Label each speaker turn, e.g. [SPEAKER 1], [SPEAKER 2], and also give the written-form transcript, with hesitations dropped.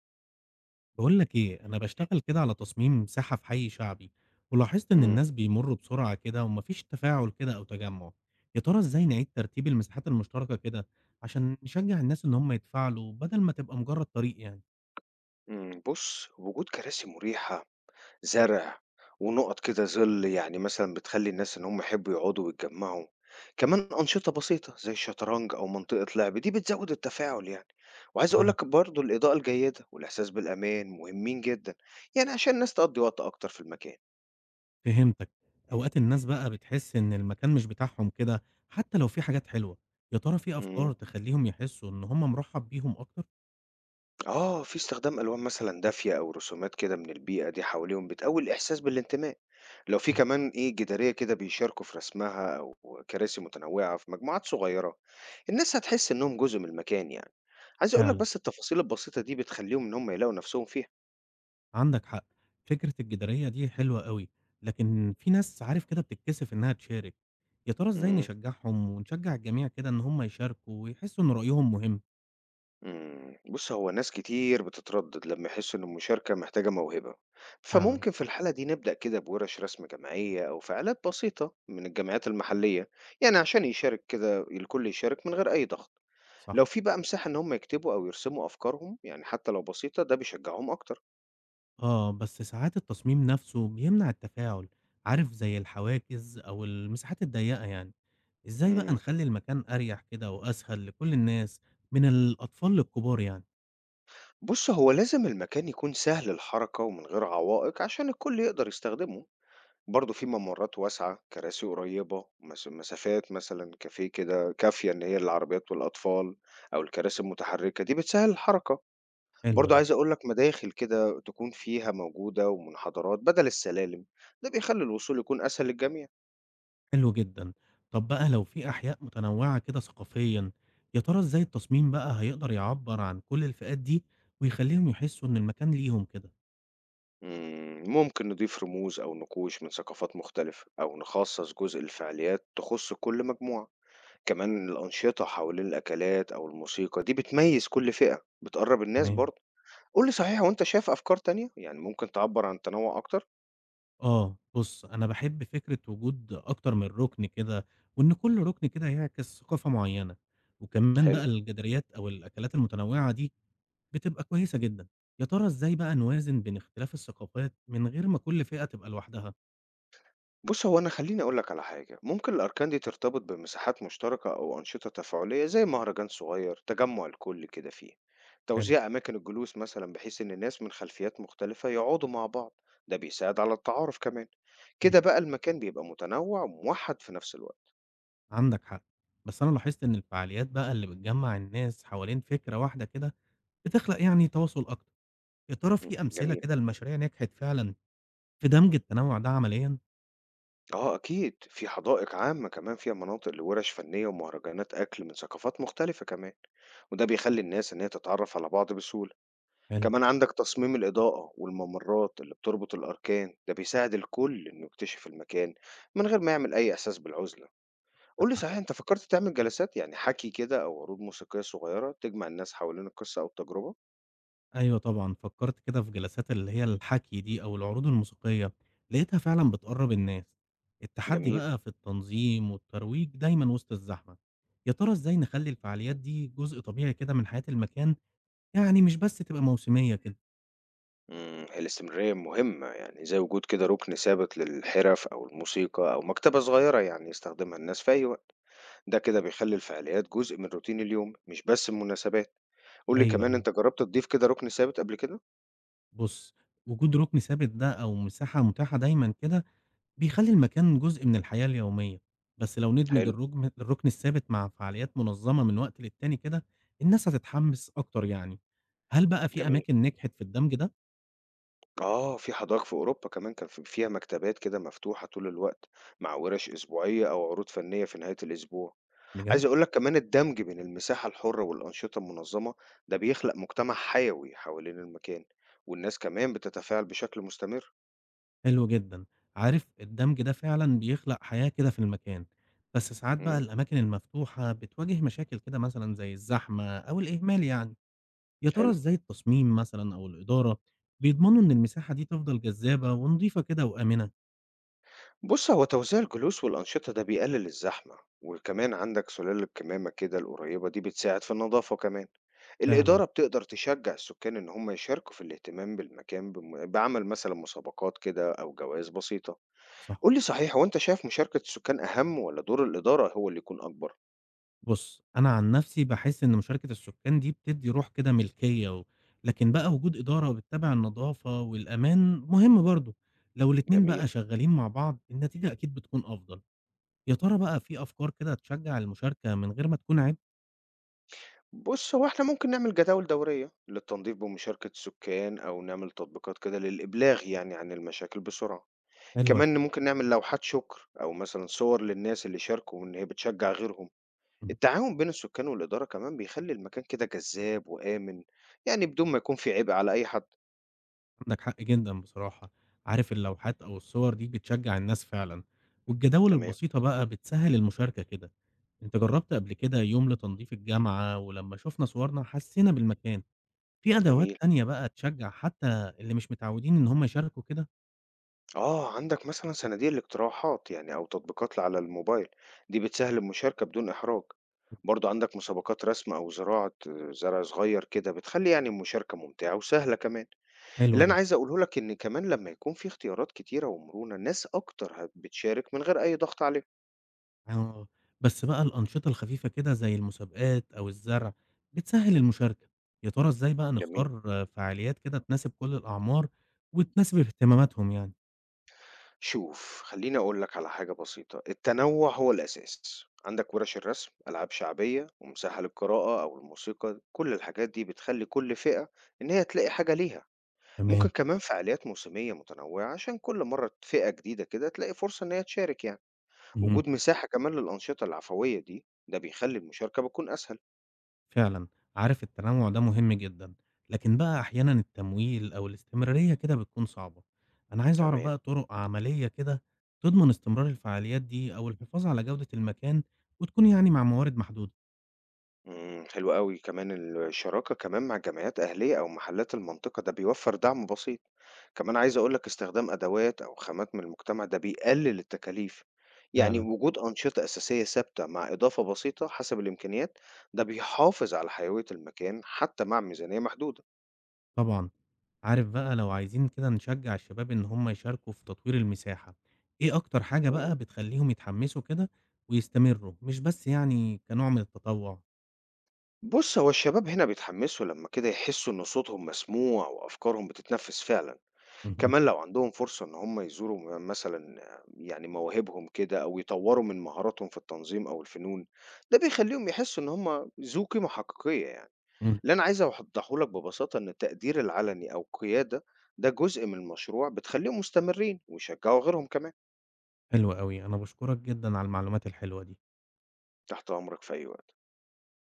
[SPEAKER 1] بقول لك ايه، انا بشتغل كده على تصميم ساحة في حي شعبي، ولاحظت ان
[SPEAKER 2] إمم،
[SPEAKER 1] الناس بيمروا بسرعة كده ومفيش تفاعل كده او تجمع. يا ترى ازاي نعيد ترتيب المساحات المشتركة كده عشان نشجع الناس ان هم يتفاعلوا بدل ما تبقى مجرد طريق يعني؟
[SPEAKER 2] إمم. بُص، وجود كراسي مريحة، زرع، ونُقَط كده ظِل يعني مثلًا بتخلّي الناس إن هم يحبّوا يقعدوا ويتجمّعوا. كمان أنشطة بسيطة زي الشطرنج أو منطقة لعب، دي بتزوّد التفاعل يعني. وعايز أقول
[SPEAKER 1] أها،
[SPEAKER 2] لك برضه الإضاءة الجيدة والإحساس بالأمان مهمين جدًا، يعني عشان الناس تقضّي وقت أكتر في المكان.
[SPEAKER 1] فهمتك. اوقات الناس بقى بتحس ان المكان مش بتاعهم كده، حتى لو في حاجات حلوة. يا ترى في
[SPEAKER 2] إمم.
[SPEAKER 1] افكار تخليهم يحسوا ان هم مرحب بيهم اكتر؟
[SPEAKER 2] آه، في استخدام ألوان مثلًا دافية أو رسومات كده من البيئة دي حواليهم بتقوي الإحساس بالانتماء، لو في
[SPEAKER 1] مم،
[SPEAKER 2] كمان إيه جدارية كده بيشاركوا في رسمها أو كراسي متنوعة في مجموعات صغيرة، الناس هتحس إنهم جزء من المكان يعني، عايز أقول لك
[SPEAKER 1] فعلا،
[SPEAKER 2] بس التفاصيل البسيطة دي بتخليهم إن هم يلاقوا نفسهم فيها.
[SPEAKER 1] عندك حق. فكرة الجدارية دي حلوة أوي، لكن في ناس عارف كده بتتكسف إنها تشارك. يا ترى إزاي
[SPEAKER 2] إمم.
[SPEAKER 1] نشجعهم ونشجع الجميع كده إن هم يشاركوا ويحسوا إن رأيهم مهم؟
[SPEAKER 2] إمم، بُص هو ناس كتير بتتردد لمّا يحسوا إن المشاركة محتاجة موهبة،
[SPEAKER 1] فعلا.
[SPEAKER 2] فممكن في الحالة دي نبدأ كده بورش رسم جماعية أو فعاليات بسيطة من الجمعيات المحلية، يعني عشان يشارك كده الكل يشارك من غير أي ضغط، لو
[SPEAKER 1] صح.
[SPEAKER 2] في بقى مساحة إن هُم يكتبوا أو يرسموا أفكارهم يعني حتى لو بسيطة ده بيشجعهم أكتر.
[SPEAKER 1] آه، بس ساعات التصميم نفسه بيمنع التفاعل، عارف زي الحواجز أو المساحات الضيقة يعني. إزاي بقى
[SPEAKER 2] إمم،
[SPEAKER 1] نخلي المكان أريح كده وأسهل لكل الناس من الأطفال للكبار يعني؟
[SPEAKER 2] بُص هو لازم المكان يكون سهل الحركة ومن غير عوائق عشان الكل يقدر يستخدمه. برضه في ممرات واسعة، كراسي قريّبة، مسافات مثلًا كافيه كده كافية إن هي للعربيات والأطفال أو الكراسي المتحركة دي بتسهّل الحركة،
[SPEAKER 1] حلو
[SPEAKER 2] برضه
[SPEAKER 1] ده.
[SPEAKER 2] عايز أقول لك مداخل كده تكون فيها موجودة ومنحدرات بدل السلالم، ده بيخلّي الوصول يكون أسهل للجميع.
[SPEAKER 1] حلو جدًا. طب بقى لو في أحياء متنوعة كده ثقافيًا، يا ترى إزاي التصميم بقى هيقدر يعبّر عن كل الفئات دي ويخلّيهم يحسّوا إن المكان ليهم كده؟
[SPEAKER 2] ممكن نضيف رموز أو نقوش من ثقافات مختلفة أو نخصّص جزء لفعاليات تخُص كل مجموعة، كمان الأنشطة حوالين الأكلات أو الموسيقى دي بتميّز كل فئة، بتقرّب الناس
[SPEAKER 1] تمام.
[SPEAKER 2] برضه. قُل لي صحيح هو أنت شايف أفكار تانية، يعني ممكن تعبّر عن التنوّع أكتر؟
[SPEAKER 1] آه، بُص، أنا باحب فكرة وجود أكتر من رُكن كده، وإن كل رُكن كده يعكس ثقافة معيّنة، وكمان
[SPEAKER 2] حلو.
[SPEAKER 1] بقى الجداريات أو الأكلات المتنوعة دي بتبقى كويسة جدًا. يا ترى إزاي بقى نوازن بين اختلاف الثقافات من غير ما كل فئة تبقى لوحدها؟
[SPEAKER 2] بُص، هو أنا خلّيني أقول لك على حاجة، ممكن الأركان دي ترتبط بمساحات مشتركة أو أنشطة تفاعلية زي مهرجان صغير، تجمُّع الكل كده فيه.
[SPEAKER 1] حلو.
[SPEAKER 2] توزيع أماكن الجلوس مثلًا بحيث إن الناس من خلفيات مختلفة يقعدوا مع بعض، ده بيساعد على التعارف كمان.
[SPEAKER 1] إمم.
[SPEAKER 2] كده بقى المكان بيبقى متنوّع وموحّد في نفس الوقت.
[SPEAKER 1] عندك حق، بس أنا لاحظت إن الفعاليات بقى اللي بتجمّع الناس حوالين فكرة واحدة كده بتخلق يعني تواصل أكتر. يا ترى في أمثلة
[SPEAKER 2] جميل.
[SPEAKER 1] كده لمشاريع نجحت فعلًا في دمج التنوع ده عمليًا؟
[SPEAKER 2] آه أكيد، في حدائق عامة كمان فيها مناطق لورش فنية ومهرجانات أكل من ثقافات مختلفة كمان، وده بيخلي الناس إن هي تتعرف على بعض بسهولة،
[SPEAKER 1] حلو.
[SPEAKER 2] كمان عندك تصميم الإضاءة والممرات اللي بتربط الأركان، ده بيساعد الكل إنه يكتشف المكان من غير ما يعمل أي إحساس بالعزلة. قول
[SPEAKER 1] عندك
[SPEAKER 2] لي
[SPEAKER 1] حق.
[SPEAKER 2] صحيح أنت فكرت تعمل جلسات يعني حكي كده أو عروض موسيقية صغيرة تجمع الناس حوالين القصة أو التجربة؟
[SPEAKER 1] أيوه، طبعًا، فكرت كده في جلسات اللي هي الحكي دي أو العروض الموسيقية، لقيتها فعلًا بتقرّب الناس. التحدي
[SPEAKER 2] جميل.
[SPEAKER 1] بقى في التنظيم والترويج دايمًا وسط الزحمة. يا ترى إزاي نخلّي الفعاليات دي جزء طبيعي كده من حياة المكان، يعني مش بس تبقى موسمية كده؟
[SPEAKER 2] الاستمرارية مهمة، يعني زي وجود كده رُكن ثابت للحرف أو الموسيقى أو مكتبة صغيرة يعني يستخدمها الناس في أي وقت، ده كده بيخلّي الفعاليات جزء من روتين اليوم مش بس المناسبات. قُل لي
[SPEAKER 1] أيوه،
[SPEAKER 2] كمان
[SPEAKER 1] أيوه.
[SPEAKER 2] أنت جرّبت تضيف كده رُكن ثابت قبل كده؟
[SPEAKER 1] بُص، وجود رُكن ثابت ده أو مساحة متاحة دايمًا كده بيخلّي المكان جزء من الحياة اليومية، بس لو ندمج
[SPEAKER 2] حلو،
[SPEAKER 1] الرُكن الثابت مع فعاليات منظمة من وقت للتاني كده، الناس هتتحمس أكتر يعني. هل بقى في
[SPEAKER 2] جميل.
[SPEAKER 1] أماكن نجحت في الدمج ده؟
[SPEAKER 2] آه، في حدائق في أوروبا كمان كان فيها مكتبات كده مفتوحة طول الوقت مع وِرَش أسبوعية أو عروض فنية في نهاية الأسبوع.
[SPEAKER 1] بجد؟
[SPEAKER 2] عايز أقول لك كمان الدمج بين المساحة الحرة والأنشطة المنظمة ده بيخلق مجتمع حيوي حوالين المكان والناس كمان بتتفاعل بشكل مستمر.
[SPEAKER 1] حلو جدًا. عارف الدمج ده فعلًا بيخلق حياة كده في المكان، بس ساعات بقى
[SPEAKER 2] امم
[SPEAKER 1] الأماكن المفتوحة بتواجه مشاكل كده مثلًا زي الزحمة أو الإهمال يعني. يا ترى
[SPEAKER 2] حلو.
[SPEAKER 1] إزاي التصميم مثلًا أو الإدارة بيضمنوا إن المساحة دي تفضل جذابة ونضيفة كده وآمنة؟
[SPEAKER 2] بص هو توزيع الجلوس والأنشطة ده بيقلل الزحمة وكمان عندك سلال الكمامة كده القريبة دي بتساعد في النظافة كمان.
[SPEAKER 1] فعلا.
[SPEAKER 2] الإدارة بتقدر تشجع السكان إن هم يشاركوا في الاهتمام بالمكان بعمل مثلا مسابقات كده أو جوائز بسيطة.
[SPEAKER 1] صح.
[SPEAKER 2] قول لي صحيح هو أنت شايف مشاركة السكان أهم ولا دور الإدارة هو اللي يكون أكبر؟
[SPEAKER 1] بُص، أنا عن نفسي باحس إن مشاركة السكان دي بتدّي روح كده ملكية، و لكن بقى وجود إدارة بتتابع النضافة والأمان مهم برضه. لو الاتنين
[SPEAKER 2] جميل.
[SPEAKER 1] بقى شغالين مع بعض، النتيجة أكيد بتكون أفضل. يا ترى بقى في أفكار كده تشجّع المشاركة من غير ما تكون عبء؟
[SPEAKER 2] بُص، هو إحنا ممكن نعمل جداول دورية للتنضيف بمشاركة السكان، أو نعمل تطبيقات كده للإبلاغ يعني عن المشاكل بسرعة.
[SPEAKER 1] حلوة
[SPEAKER 2] كمان ممكن نعمل لوحات شكر، أو مثلًا صور للناس اللي شاركوا وإن هي بتشجع غيرهم.
[SPEAKER 1] الفكرة.
[SPEAKER 2] التعاون بين السكان والإدارة كمان بيخلي المكان كده جذاب وآمن، يعني بدون ما يكون في عبء على أي حد.
[SPEAKER 1] عندك حق جدًا بصراحة. عارف اللوحات أو الصور دي بتشجّع الناس فعلًا، والجداول
[SPEAKER 2] تمام،
[SPEAKER 1] البسيطة بقى بتسهّل المشاركة كده. أنت جرّبت قبل كده يوم لتنضيف الجامعة، ولمّا شُفنا صورنا حسّينا بالمكان. في أدوات
[SPEAKER 2] جميل.
[SPEAKER 1] تانية بقى تشجّع حتى اللي مش متعودين إن هم يشاركوا كده؟
[SPEAKER 2] آه عندك مثلا صناديق الاقتراحات يعني أو تطبيقات على الموبايل دي بتسهل المشاركة بدون إحراج. برضو عندك مسابقات رسم أو زراعة آه، زرع صغير كده بتخلي يعني المشاركة ممتعة وسهلة كمان.
[SPEAKER 1] حلو
[SPEAKER 2] اللي
[SPEAKER 1] ده.
[SPEAKER 2] أنا عايز أقوله لك إن كمان لما يكون في اختيارات كتيرة ومرونة ناس أكتر بتشارك من غير أي ضغط عليهم.
[SPEAKER 1] آه، بس بقى الأنشطة الخفيفة كده زي المسابقات أو الزرع بتسهّل المشاركة. يا ترى إزاي بقى
[SPEAKER 2] جميل.
[SPEAKER 1] نختار فعاليات كده تناسب كل الأعمار وتناسب اهتماماتهم يعني؟
[SPEAKER 2] شوف خليني أقول لك على حاجة بسيطة، التنوع هو الأساس، عندك ورش الرسم ألعاب شعبية ومساحة للقراءة أو الموسيقى، كل الحاجات دي بتخلي كل فئة إن هي تلاقي حاجة ليها. ممكن
[SPEAKER 1] تمام.
[SPEAKER 2] كمان فعاليات موسمية متنوعة عشان كل مرة فئة جديدة كده تلاقي فرصة إن هي تشارك يعني.
[SPEAKER 1] اهم.
[SPEAKER 2] وجود مساحة كمان للأنشطة العفوية دي ده بيخلي المشاركة بتكون أسهل.
[SPEAKER 1] فعلًا، عارف التنوع ده مهم جدًا، لكن بقى أحيانًا التمويل أو الاستمرارية كده بتكون صعبة. أنا عايز أعرف
[SPEAKER 2] تمام.
[SPEAKER 1] بقى طرق عملية كده تضمن استمرار الفعاليات دي أو الحفاظ على جودة المكان، وتكون يعني مع موارد محدودة.
[SPEAKER 2] حلو قوي. كمان الشراكة كمان مع جمعيات أهلية أو محلات المنطقة ده بيوفر دعم بسيط. كمان عايز أقولك استخدام أدوات أو خامات من المجتمع ده بيقلل التكاليف، يعني
[SPEAKER 1] فعلًا.
[SPEAKER 2] وجود أنشطة أساسية ثابتة مع إضافة بسيطة حسب الإمكانيات ده بيحافظ على حيوية المكان حتى مع ميزانية محدودة.
[SPEAKER 1] طبعًا. عارف بقى لو عايزين كده نشجع الشباب إن هم يشاركوا في تطوير المساحة، إيه أكتر حاجة بقى بتخلّيهم يتحمسوا كده ويستمروا، مش بس يعني كنوع من التطوع؟
[SPEAKER 2] بُص، هو الشباب هنا بيتحمّسوا لمّا كده يحسّوا إن صوتهم مسموع وأفكارهم بتتنفّذ فعلًا،
[SPEAKER 1] اهم.
[SPEAKER 2] كمان لو عندهم فرصة إن هم يزوروا مثلًا يعني مواهبهم كده أو يطوّروا من مهاراتهم في التنظيم أو الفنون، ده بيخلّيهم يحسّوا إن هم ذو قيمة حقيقية يعني.
[SPEAKER 1] إمم.
[SPEAKER 2] اللي أنا عايز أوضّحه لك ببساطة إن التقدير العلني أو القيادة ده جزء من المشروع بتخلّيهم مستمرين ويشجّعوا غيرهم كمان.
[SPEAKER 1] حلو أوي. أنا باشكرك جدًا على المعلومات الحلوة دي.
[SPEAKER 2] تحت أمرك في أي وقت.